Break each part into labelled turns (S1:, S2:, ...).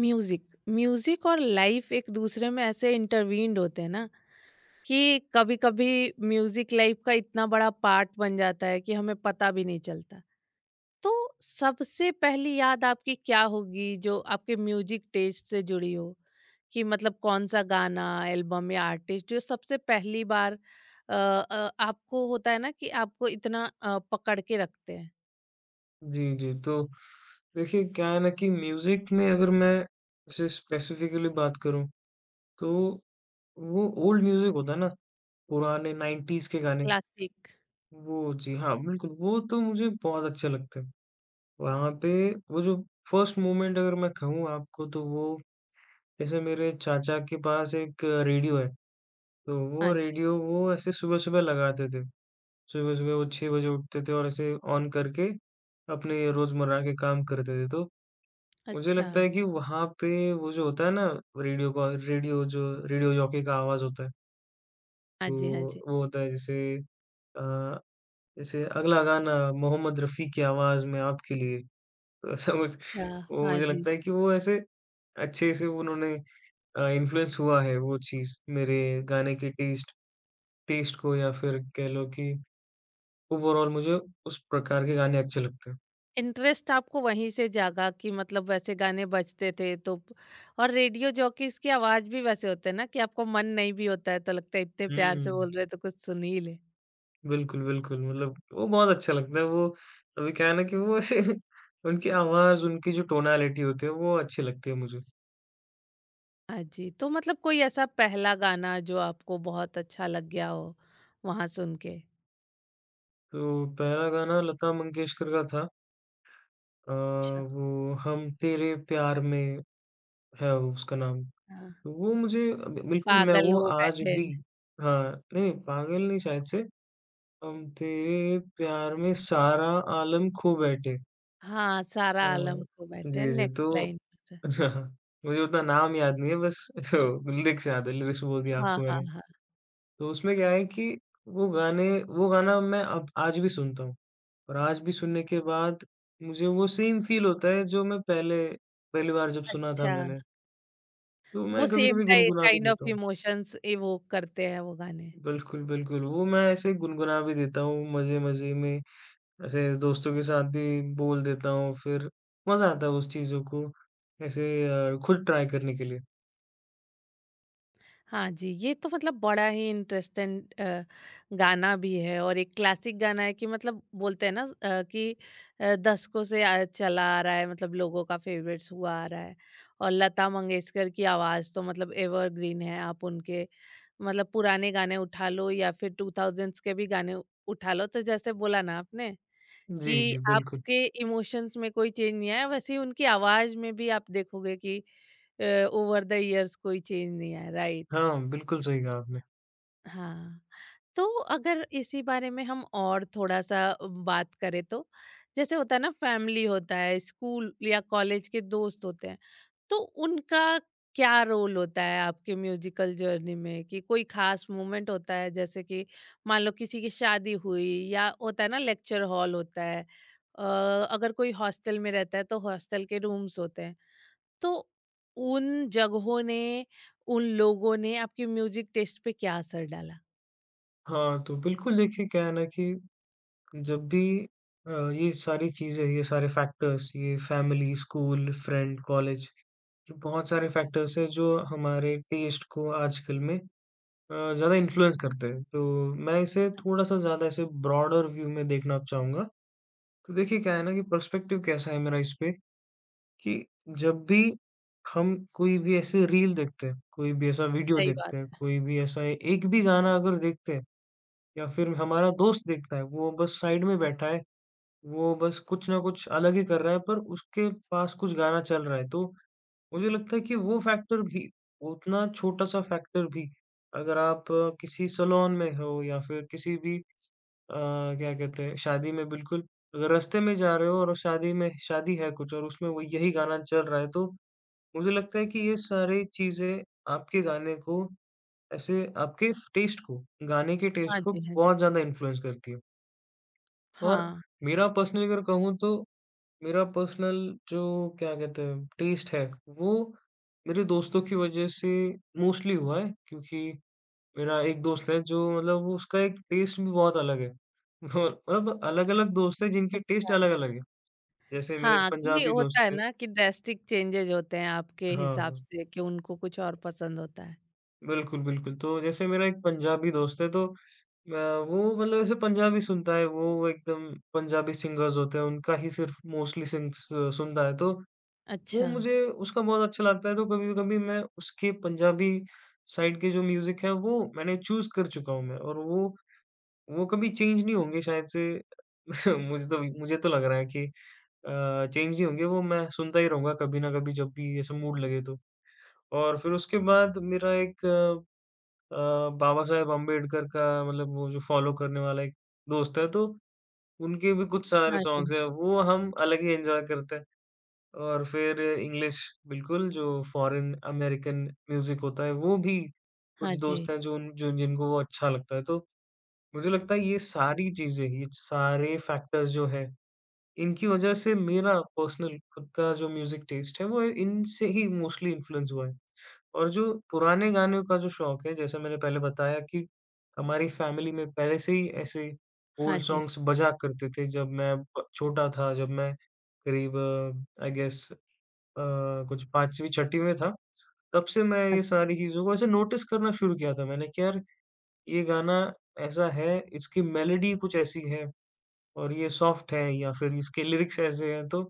S1: Music music और life एक दूसरे में ऐसे इंटरवीन्ड होते हैं ना कि कभी कभी म्यूजिक लाइफ का इतना बड़ा पार्ट बन जाता है कि हमें पता भी नहीं चलता। तो सबसे पहली याद आपकी क्या होगी जो आपके म्यूजिक टेस्ट से जुड़ी हो, कि मतलब कौन सा गाना, एल्बम या आर्टिस्ट जो सबसे पहली बार आपको होता है ना कि आपको इतना पकड़ के रखते हैं।
S2: जी, जी। तो देखिए क्या है ना कि म्यूज़िक में अगर मैं जैसे स्पेसिफ़िकली बात करूँ तो वो ओल्ड म्यूज़िक होता है ना, पुराने 90s के गाने,
S1: क्लासिक।
S2: वो जी हाँ, बिल्कुल वो तो मुझे बहुत अच्छे लगते हैं। वहाँ पे वो जो फर्स्ट मोमेंट अगर मैं कहूँ आपको तो वो जैसे मेरे चाचा के पास एक रेडियो है, तो वो
S1: हाँ जी।
S2: रेडियो वो ऐसे सुबह-सुबह लगाते थे। सुबह-सुबह वो 6 बजे उठते थे और ऐसे ऑन करके अपने रोज़मर्रा के काम करते थे। तो मुझे
S1: अच्छा।
S2: लगता है कि वहाँ पे वो जो होता है ना रेडियो का रेडियो जो रेडियो जॉकी का आवाज़ होता है,
S1: हाँ
S2: वो
S1: जी। हाँ जी।
S2: वो होता है जैसे अ, जैसे अगला गाना मोहम्मद रफ़ी की आवाज़ में आपके लिए, तो ऐसा कुछ।
S1: अच्छा।
S2: वो
S1: हाँ
S2: मुझे
S1: जी।
S2: लगता है कि वो ऐसे अच्छे से उन्होंने इन्फ्लुएंस हुआ है वो चीज़ मेरे गाने के टेस्ट टेस्ट को या फिर कह लो कि ओवरॉल मुझे उस प्रकार के गाने अच्छे लगते हैं।
S1: इंटरेस्ट आपको वहीं से जागा कि मतलब वैसे गाने बजते थे, तो और रेडियो जॉकीज की आवाज भी वैसे होते हैं ना कि आपको मन नहीं भी होता है तो लगता है इतने प्यार से
S2: हुँ।
S1: बोल रहे, तो कुछ सुन ही ले।
S2: बिल्कुल, बिल्कुल, मतलब वो बहुत अच्छा लगता है, वो अभी क्या है ना कि वो ऐसे उनकी आवाज़, उनकी जो टोनालिटी होती है, वो अच्छी लगती है मुझे।
S1: हाँ जी, तो मतलब कोई ऐसा पहला गाना जो आपको बहुत अच्छा लग गया हो वहां सुन के।
S2: तो पहला गाना लता मंगेशकर का था। अ,
S1: अच्छा।
S2: वो हम तेरे प्यार में है उसका नाम।
S1: हाँ।
S2: तो वो मुझे अब बिल्कुल मैं
S1: पागल
S2: वो
S1: हो
S2: आज
S1: बैठे
S2: भी।
S1: हैं।
S2: हाँ, नहीं पागल नहीं शायद से, हम तेरे प्यार में सारा आलम खो बैठे।
S1: हाँ, सारा
S2: हाँ,
S1: आलम खो बैठे हैं,
S2: जी, जी,
S1: नेक्स्ट
S2: तो
S1: लाइन।
S2: मुझे उतना नाम याद नहीं है बस लिरिक्स याद है, लिरिक्स बोल दिया
S1: हाँ
S2: आपको
S1: हाँ
S2: मैंने।
S1: हाँ।
S2: तो उसमें क्या है कि वो गाने वो गाना मैं अब आज भी सुनता हूँ और आज भी सुनने के बाद मुझे वो सेम फ़ील होता है जो मैं पहले पहली बार जब सुना था
S1: अच्छा।
S2: मैंने, तो मैं
S1: वो सेम
S2: कभी-कभी गुनगुना भी
S1: काइंड ऑफ
S2: देता हूँ।
S1: इमोशंस इवोक करते हैं वो गाने।
S2: बिल्कुल, बिल्कुल, वो मैं ऐसे गुनगुना भी देता हूँ मज़े-मज़े में, ऐसे दोस्तों के साथ भी बोल देता हूँ फिर मज़ा आता है उस चीज़ों को ऐसे खुद ट्राई करने के लिए।
S1: हाँ जी, ये तो मतलब बड़ा ही इंटरेस्टिंग गाना भी है, और एक क्लासिक गाना है कि मतलब बोलते हैं ना कि दशकों से चला आ रहा है, मतलब लोगों का फेवरेट्स हुआ आ रहा है। और लता मंगेशकर की आवाज़ तो मतलब एवरग्रीन है। आप उनके मतलब पुराने गाने उठा लो या फिर 2000s के भी गाने उठा लो, तो जैसे बोला ना आपने
S2: जी,
S1: कि
S2: जी, बिल्कुल।
S1: आपके इमोशंस में कोई चेंज नहीं आया, वैसे ही उनकी आवाज़ में भी आप देखोगे कि ओवर द इयर्स कोई चेंज नहीं आया, राइट।
S2: हाँ, बिल्कुल सही कहा आपने।
S1: हाँ, तो अगर इसी बारे में हम और थोड़ा-सा बात करें तो, जैसे होता है ना, फैमिली होता है, स्कूल या कॉलेज के दोस्त होते हैं, तो उनका क्या रोल होता है आपके म्यूज़िकल जर्नी में? कि कोई ख़ास मोमेंट होता है, जैसे कि मान लो किसी की शादी हुई, या होता है ना लेक्चर हॉल होता है, अ, अगर कोई हॉस्टल में रहता है तो हॉस्टल के रूम्स होते हैं। तो उन जगहों ने, उन लोगों ने आपके म्यूज़िक टेस्ट पे क्या असर डाला?
S2: हाँ, तो बिल्कुल देखिए क्या है ना कि जब भी ये सारी चीज़ें, ये सारे फैक्टर्स, ये फैमिली, स्कूल, फ्रेंड, कॉलेज, ये बहुत सारे फैक्टर्स हैं जो हमारे टेस्ट को आजकल में ज़्यादा इन्फ्लुएंस करते हैं। तो मैं इसे
S1: हाँ जी,
S2: थोड़ा-सा ज़्यादा ऐसे ब्रॉडर व्यू में देखना चाहूँगा। तो देखिए क्या है ना कि पर्सपेक्टिव कैसा है मेरा इसपे कि जब भी हम कोई भी ऐसी रील देखते हैं, कोई भी ऐसा वीडियो
S1: सही बात
S2: देखते हैं,
S1: है।
S2: कोई भी ऐसा एक भी गाना अगर देखते हैं या फिर हमारा दोस्त देखता है, वो बस साइड में बैठा है, वो बस कुछ ना कुछ अलग ही कर रहा है, पर उसके पास कुछ गाना चल रहा है। तो मुझे लगता है कि वो फैक्टर भी उतना छोटा-सा फैक्टर भी अगर आप किसी सैलून में हो या फिर किसी भी अ, क्या कहते हैं शादी में बिल्कुल अगर रास्ते में जा रहे हो और शादी में शादी है कुछ और उसमें वो यही गाना चल रहा है, तो मुझे लगता है कि ये सारी चीज़ें आपके गाने को ऐसे आपके टेस्ट को, गाने के
S1: हाँ
S2: टेस्ट को
S1: जी, हाँ जी।
S2: बहुत ज़्यादा इन्फ्लुएंस करती है। और
S1: हाँ।
S2: मेरा पर्सनली अगर कहूँ तो मेरा पर्सनल जो क्या कहते हैं टेस्ट है, वो मेरे दोस्तों की वज़ह से मोस्टली हुआ है क्योंकि मेरा एक दोस्त है जो मतलब वो उसका एक टेस्ट भी बहुत अलग है। और मतलब अलग-अलग दोस्त हैं जिनके टेस्ट
S1: अच्छा।
S2: अलग-अलग है। जैसे मेरा एक
S1: हाँ, कि
S2: पंजाबी
S1: होता है
S2: दोस्त है।
S1: ना कि ड्रास्टिक चेंजेज़ होते हैं आपके हिसाब
S2: हाँ,
S1: से, कि उनको कुछ और पसंद होता है।
S2: बिल्कुल, बिल्कुल। तो जैसे मेरा एक पंजाबी दोस्त है तो वो मतलब ऐसे पंजाबी सुनता है, वो एकदम पंजाबी सिंगर्स होते हैं उनका ही सिर्फ़ मोस्टली सिंग स सुनता है तो वो
S1: अच्छा।
S2: मुझे उसका बहुत अच्छा लगता है, तो कभी-कभी मैं उसके पंजाबी साइड के जो म्यूज़िक है, वो मैंने चूज़ कर चुका हूँ मैं और वो कभी चेंज नहीं होंगे शायद से। मुझे तो लग रहा है कि चेंज नहीं होंगे, वो मैं सुनता ही रहूँगा कभी ना कभी जब भी ऐसा मूड लगे तो। और फिर उसके बाद मेरा एक बाबा साहेब अम्बेडकर का मतलब वो जो फ़ॉलो करने वाला एक दोस्त है, तो उनके भी कुछ सारे
S1: हाँ जी,
S2: सॉन्ग्स हैं, वो हम अलग ही एन्जॉय करते हैं। और फिर इंग्लिश बिल्कुल जो फॉरेन अमेरिकन म्यूज़िक होता है, वो भी
S1: हाँ
S2: कुछ
S1: जी,
S2: दोस्त हैं जो जिनको वो अच्छा लगता है। तो मुझे लगता है ये सारी चीज़ें, ये सारे फैक्टर्स जो हैं, इनकी वज़ह से मेरा पर्सनल खुद का जो म्यूज़िक टेस्ट है, वो इनसे ही मोस्टली इन्फ्लुएंस हुआ है। और जो पुराने गानों का जो शौक है, जैसा मैंने पहले बताया कि हमारी फैमिली में पहले से ही ऐसे
S1: हाँ
S2: ओल्ड
S1: जी।
S2: सॉन्ग्स बजा करते थे, जब मैं ब छोटा था, जब मैं करीब आई गेस अ, कुछ 5वीं-6वीं में था, तब से मैं
S1: हाँ।
S2: ये
S1: जी।
S2: सारी चीज़ों को ऐसे नोटिस करना शुरू किया था मैंने कि यार ये गाना ऐसा है, इसकी मेलोडी कुछ ऐसी है और ये सॉफ्ट है या फिर इसके लिरिक्स ऐसे हैं। तो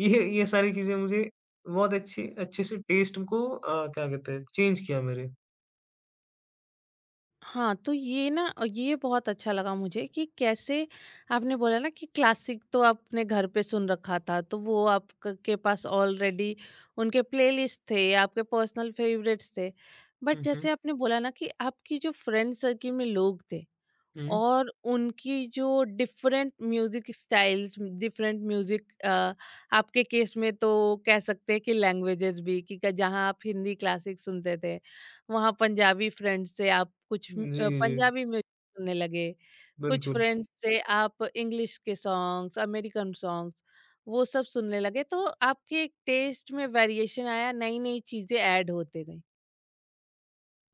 S2: ये सारी चीज़ें मुझे बहुत अच्छी अच्छे से टेस्ट को क्या कहते हैं चेंज किया मेरे।
S1: हाँ, तो ये ना ये बहुत अच्छा लगा मुझे कि कैसे आपने बोला ना कि क्लासिक तो आपने घर पे सुन रखा था, तो वो आपक के पास ऑलरेडी उनके प्लेलिस्ट थे, आपके पर्सनल फ़ेवरेट्स थे। बट
S2: हुँ, हुँ।
S1: जैसे आपने बोला ना कि आपकी जो फ्रेंड सर्किल में लोग थे,
S2: हुँ।
S1: और उनकी जो different music styles, different music, आपके केस में तो कह सकते हैं कि लैंग्वेजेस भी, कि जहाँ आप हिंदी क्लासिक सुनते थे, वहाँ पंजाबी फ्रेंड्स से आप कुछ
S2: जी, जी।
S1: पंजाबी म्यूजिक सुनने लगे, कुछ
S2: बिल्कुल,
S1: फ्रेंड्स से आप इंग्लिश के सॉन्ग्स, अमेरिकन सॉन्ग्स, वो सब सुनने लगे, तो आपके टेस्ट में वेरिएशन आया, नई नई चीजें ऐड होते गई।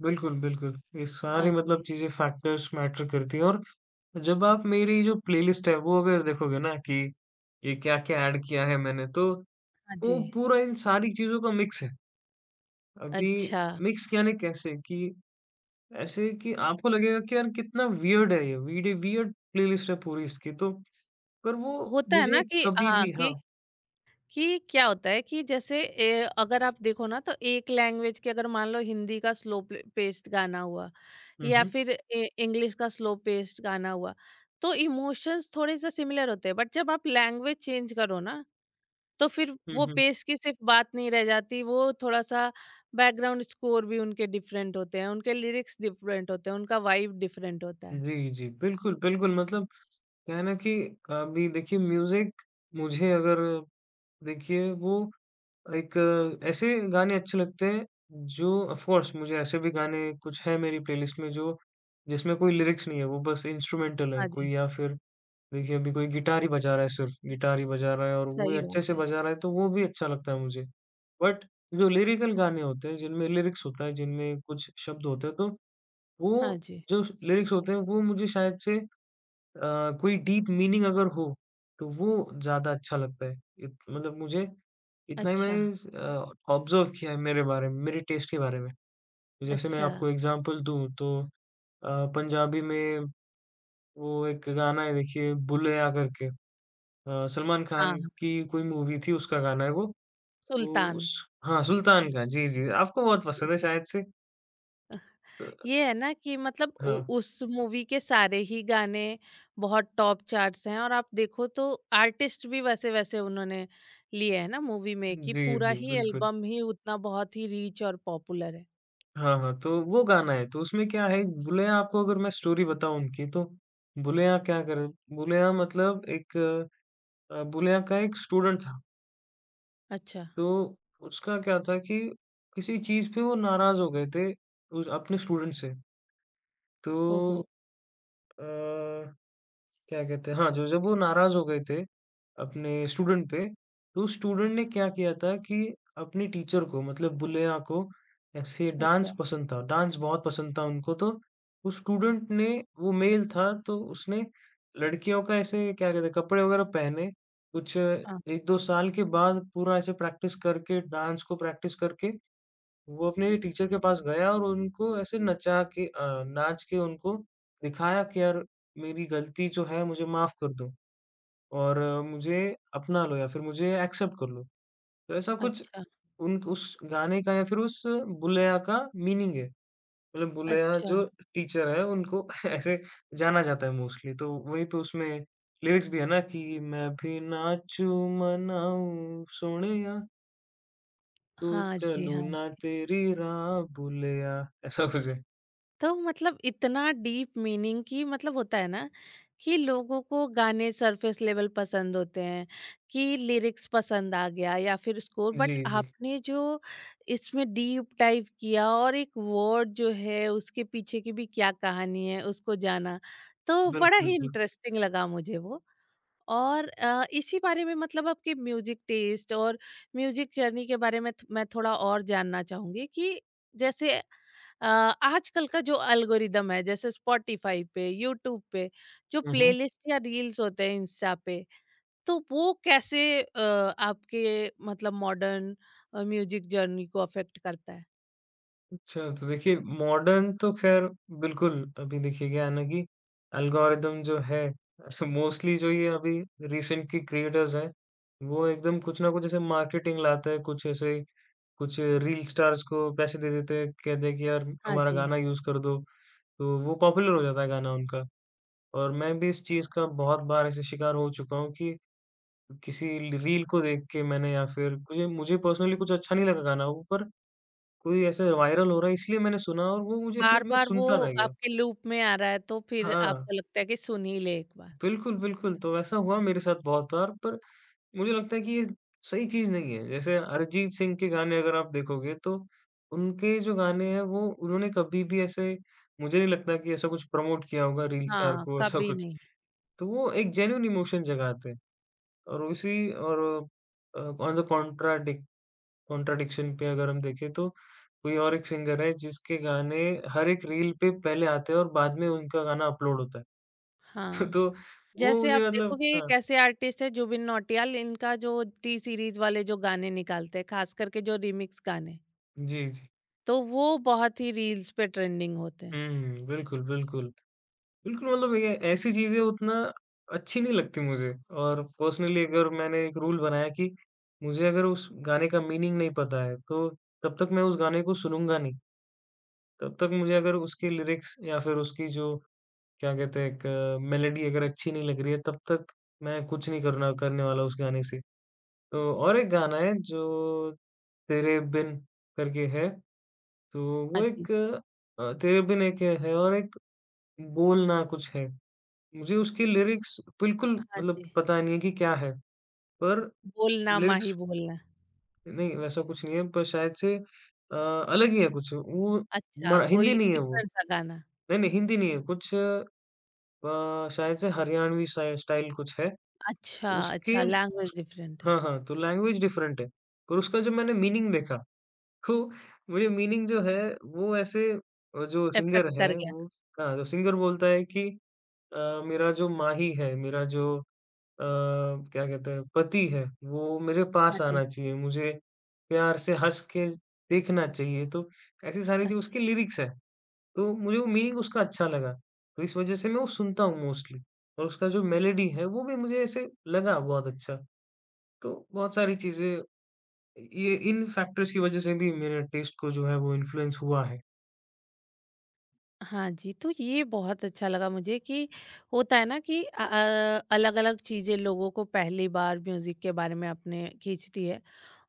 S2: बिल्कुल, बिल्कुल। ये सारी
S1: हाँ जी।
S2: मतलब चीज़ें फैक्टर्स मैटर करती हैं और जब आप मेरी जो प्लेलिस्ट है वो अगर देखोगे ना कि ये क्या-क्या ऐड किया है मैंने तो
S1: हाँ जी।
S2: वो पूरा इन सारी चीज़ों का मिक्स है। अभी
S1: अच्छा।
S2: मिक्स यानी कैसे कि ऐसे कि आपको लगेगा कि यार कितना वियर्ड है ये वीड वियर्ड प्लेलिस्ट है पूरी इसकी तो। पर वो
S1: होता है
S2: मुझे
S1: ना कि,
S2: कभी
S1: हाँ,
S2: भी हाँ।
S1: कि क्या होता है कि जैसे अगर आप देखो ना, तो एक लैंग्वेज के, अगर मान लो हिंदी का स्लो पेस्ट गाना हुआ
S2: हुँ,
S1: या
S2: हुँ।
S1: फिर इंग्लिश का स्लो पेस्ट गाना हुआ, तो इमोशंस थोड़े से सिमिलर होते हैं, बट जब आप लैंग्वेज चेंज करो ना, तो फिर
S2: हुँ,
S1: वो
S2: हुँ।
S1: पेस्ट की सिर्फ बात नहीं रह जाती, वो थोड़ा सा बैकग्राउंड स्कोर भी उनके डिफरेंट होते हैं, उनके लिरिक्स डिफरेंट होते हैं, उनका वाइब डिफरेंट होता है।
S2: जी, जी। बिल्कुल, बिल्कुल, मतलब क्या है ना कि अभी देखिए म्यूज़िक मुझे अगर देखिए वो एक ऐसे गाने अच्छे लगते हैं जो ऑफ कोर्स मुझे ऐसे भी गाने कुछ हैं मेरी प्लेलिस्ट में जो जिसमें कोई लिरिक्स नहीं है, वो बस इंस्ट्रूमेंटल है।
S1: हाँ
S2: कोई
S1: जी।
S2: या फिर देखिए अभी कोई गिटार ही बजा रहा है सिर्फ, गिटार ही बजा रहा है और वो
S1: सही
S2: अच्छे
S1: बात
S2: से
S1: है।
S2: बजा रहा है तो वो भी अच्छा लगता है मुझे। बट जो लिरिकल गाने होते हैं जिनमें लिरिक्स होता है, जिनमें कुछ शब्द होते हैं तो
S1: हाँ
S2: वो
S1: जी।
S2: जो लिरिक्स होते हैं वो मुझे शायद से कोई डीप मीनिंग अगर हो, तो वो ज़्यादा अच्छा लगता है। इत मतलब मुझे इतना ही
S1: अच्छा
S2: मैंने ऑब्ज़र्व किया है मेरे बारे में, मेरे टेस्ट के बारे में। जैसे मैं
S1: अच्छा।
S2: आपको एग्ज़ाम्पल दूँ तो पंजाबी में वो एक गाना है देखिए बुलेया करके। सलमान
S1: हाँ
S2: खान
S1: हाँ,
S2: की कोई मूवी थी उसका गाना है वो। तो
S1: सुल्तान।
S2: उस हाँ, सुल्तान का जी, जी। आपको बहुत पसंद है शायद से। अ,
S1: ये है ना कि, मतलब उ
S2: हाँ।
S1: उस मूवी के सारे ही गाने बहुत टॉप चार्ट्स हैं, और आप देखो तो आर्टिस्ट भी वैसे-वैसे उन्होंने लिए हैं ना मूवी में, कि
S2: जी,
S1: पूरा
S2: जी,
S1: ही
S2: बिल्कुल।
S1: एल्बम ही उतना बहुत ही रीच और पॉपुलर है।
S2: हाँ, हाँ, तो वो गाना है। तो उसमें क्या है बुलेया आपको अगर मैं स्टोरी बताऊँ उनकी तो बुलेया क्या कर बुलेया मतलब एक बुलेया का एक स्टूडेंट था।
S1: अच्छा,
S2: तो उसका क्या था कि किसी चीज़ पे वो नाराज़ हो गए थे उस अपने स्टूडेंट से। तो
S1: ओहो!
S2: अ क्या कहते हैं हाँ, जो जब वो नाराज़ हो गए थे, अपने स्टूडेंट पे, तो उस स्टूडेंट ने क्या किया था कि अपनी टीचर को मतलब बुलेया को ऐसे
S1: अच्छा।
S2: डांस पसंद था, डांस बहुत पसंद था उनको तो उस स्टूडेंट ने वो मेल था तो उसने लड़कियों का ऐसे क्या कहते हैं कपड़े वग़ैरह पहने, कुछ
S1: हाँ।
S2: 1-2 साल के बाद पूरा ऐसे प्रैक्टिस करके डांस को प्रैक्टिस करके वो अपने टीचर के पास गया और उनको ऐसे नचा के नाच के उनको दिखाया कि यार मेरी गलती जो है मुझे माफ़ कर दो और मुझे अपना लो या फिर मुझे एक्सेप्ट कर लो। तो ऐसा कुछ
S1: अच्छा।
S2: उन उस गाने का या फिर उस बुलैया का मीनिंग है। मतलब बुलैया
S1: अच्छा।
S2: जो टीचर है उनको ऐसे जाना जाता है मोस्टली तो वहीं पे उसमें लिरिक्स भी है ना कि मैं भी नाचूँ मनाऊँ सोहणिया तू
S1: हाँ जी,
S2: चलूँ
S1: हाँ
S2: ना
S1: जी।
S2: तेरी राह बुलैया ऐसा कुछ है।
S1: तो मतलब इतना डीप मीनिंग, कि मतलब होता है ना कि लोगों को गाने सरफेस लेवल पसंद होते हैं, कि लिरिक्स पसंद आ गया या फिर स्कोर,
S2: जी,
S1: बट
S2: जी।
S1: आपने जो इसमें डीप टाइप किया, और एक वर्ड जो है उसके पीछे की भी क्या कहानी है उसको जाना, तो बड़ा
S2: बिल्कुल,
S1: ही
S2: बिल्कुल।
S1: इंटरेस्टिंग लगा मुझे वो। और इसी बारे में मतलब आपके म्यूजिक टेस्ट और म्यूजिक जर्नी के बारे में मैं थोड़ा और जानना चाहूंगी कि जैसे आजकल का जो एल्गोरिदम है, जैसे स्पॉटिफाई पे, यूट्यूब पे, जो
S2: हुँ, हुँ।
S1: प्लेलिस्ट या रील्स होते हैं इंस्टा पे, तो वो कैसे आपके मतलब मॉडर्न म्यूजिक जर्नी को अफेक्ट करता है?
S2: अच्छा, तो देखिए मॉडर्न तो ख़ैर बिल्कुल, अभी देखिए क्या है ना कि एल्गोरिदम जो है मोस्टली जो ये अभी रीसेंट के क्रिएटर्स हैं, वो एकदम कुछ ना कुछ ऐसे मार्केटिंग लाते हैं, कुछ ऐसे कुछ रील स्टार्स को पैसे दे देते हैं, कहते हैं कि यार
S1: हाँ
S2: हमारा
S1: जी।
S2: गाना यूज़ कर दो, तो वो पॉपुलर हो जाता है गाना उनका। और मैं भी इस चीज़ का बहुत बार ऐसे शिकार हो चुका हूँ कि किसी रील को देख के मैंने या फिर मुझे मुझे पर्सनली कुछ अच्छा नहीं लगा गाना वो पर कोई ऐसे वायरल हो रहा है इसलिए मैंने सुना और वो मुझे
S1: बार
S2: सिर्फ मैं
S1: बार वो
S2: सुनता रह गया।
S1: आपके लूप में आ रहा है, तो फिर
S2: हाँ,
S1: आपको लगता है कि सुन ही ले एक बार।
S2: बिल्कुल, बिल्कुल तो ऐसा हुआ मेरे साथ बहुत बार पर मुझे लगता है कि ये सही चीज़ नहीं है। जैसे अरिजीत सिंह के गाने अगर आप देखोगे तो उनके जो गाने हैं वो उन्होंने कभी भी ऐसे मुझे नहीं लगता कि ऐसा कुछ प्रमोट किया होगा रील स्टार
S1: हाँ,
S2: को ऐसा
S1: कभी
S2: कुछ।
S1: नहीं।
S2: तो वो एक जेन्युइन इमोशन जगाते हैं और उसी और uh, on the contra contradiction पे अगर हम देखें तो कोई और एक सिंगर है जिसके गाने हर एक रील पे पहले आते हैं और बाद में उनका गाना अपलोड होता है।
S1: हाँ,
S2: तो वो
S1: जैसे आप
S2: मुझे मतलब
S1: देखोगे
S2: हाँ,
S1: कैसे आर्टिस्ट है जुबिन नौटियाल, इनका जो टी सीरीज वाले जो गाने निकालते हैं, खास करके जो रिमिक्स गाने,
S2: जी, जी।
S1: तो वो बहुत ही रील्स पे ट्रेंडिंग होते हैं।
S2: हुँ, बिल्कुल, बिल्कुल। बिल्कुल, मतलब ये ऐसी चीज़ें उतना अच्छी नहीं लगती मुझे और पर्सनली अगर मैंने एक रूल बनाया कि मुझे अगर उस गाने का मीनिंग नहीं पता है, तो तब तक मैं उस गाने को सुनूँगा नहीं। तब तक मुझे अगर उसके लिरिक्स या फिर उसकी जो क्या कहते हैं, एक मेलोडी अगर अच्छी नहीं लग रही है, तब तक मैं कुछ नहीं करना करने वाला उस गाने से। तो और एक गाना है जो तेरे बिन करके है, तो
S1: हाँ
S2: वो
S1: जी।
S2: एक तेरे बिन एक है और एक बोल ना कुछ है। मुझे उसकी लिरिक्स बिल्कुल
S1: हाँ
S2: मतलब
S1: जी।
S2: पता नहीं है कि क्या है, पर
S1: बोलना
S2: लिरिक्स
S1: माही बोलना।
S2: नहीं वैसा कुछ नहीं है, पर शायद से अलग ही है कुछ। वो
S1: अच्छा,
S2: मरा हिंदी
S1: कोई
S2: नहीं है वो।
S1: डिफरेंट सा गाना।
S2: नहीं, नहीं हिंदी नहीं है, कुछ शायद से हरियाणवी स्टाइल कुछ है।
S1: अच्छा
S2: उसके
S1: अच्छा, लैंग्वेज
S2: उस
S1: डिफरेंट है।
S2: हाँ, हाँ, तो लैंग्वेज डिफरेंट है। और उसका जब मैंने मीनिंग देखा, तो मुझे मीनिंग जो है वो ऐसे जो
S1: इफेक्ट
S2: सिंगर है
S1: कर गया।
S2: वो हाँ, तो सिंगर बोलता है कि मेरा जो माही है, मेरा जो अ, क्या कहते हैं पति है, वो मेरे
S1: हाँ
S2: पास
S1: जी।
S2: आना चाहिए, मुझे प्यार से हँस के देखना चाहिए। तो ऐसी सारी चीज़ उसके लिरिक्स हैं, तो मुझे वो मीनिंग उसका अच्छा लगा। तो इस वज़ह से मैं वो सुनता हूँ मोस्टली और उसका जो मेलोडी है वो भी मुझे ऐसे लगा बहुत अच्छा। तो बहुत सारी चीज़ें ये इन फैक्टर्स की वज़ह से भी मेरे टेस्ट को जो है वो इन्फ्लुएंस हुआ है।
S1: हाँ जी, तो ये बहुत अच्छा लगा मुझे कि होता है ना कि अलग-अलग चीज़ें लोगों को पहली बार म्यूज़िक के बारे में आपने खींचती है,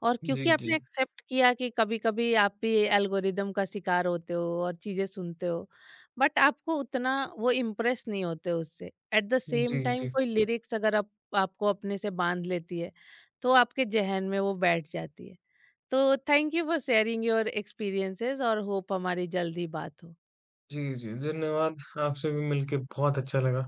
S1: और क्योंकि
S2: जी, जी।
S1: आपने एक्सेप्ट किया कि कभी-कभी आप भी एल्गोरिदम का शिकार होते हो और चीज़ें सुनते हो, बट आपको उतना वो इम्प्रेस नहीं होते उससे। एट द
S2: जी,
S1: सेम टाइम
S2: जी।
S1: कोई लिरिक्स अगर आप आपको अपने से बाँध लेती है, तो आपके ज़हन में वो बैठ जाती है। तो thank you for sharing your experiences, और होप हमारी जल्द ही बात हो।
S2: जी, जी। धन्यवाद। आपसे भी मिलके बहुत अच्छा लगा।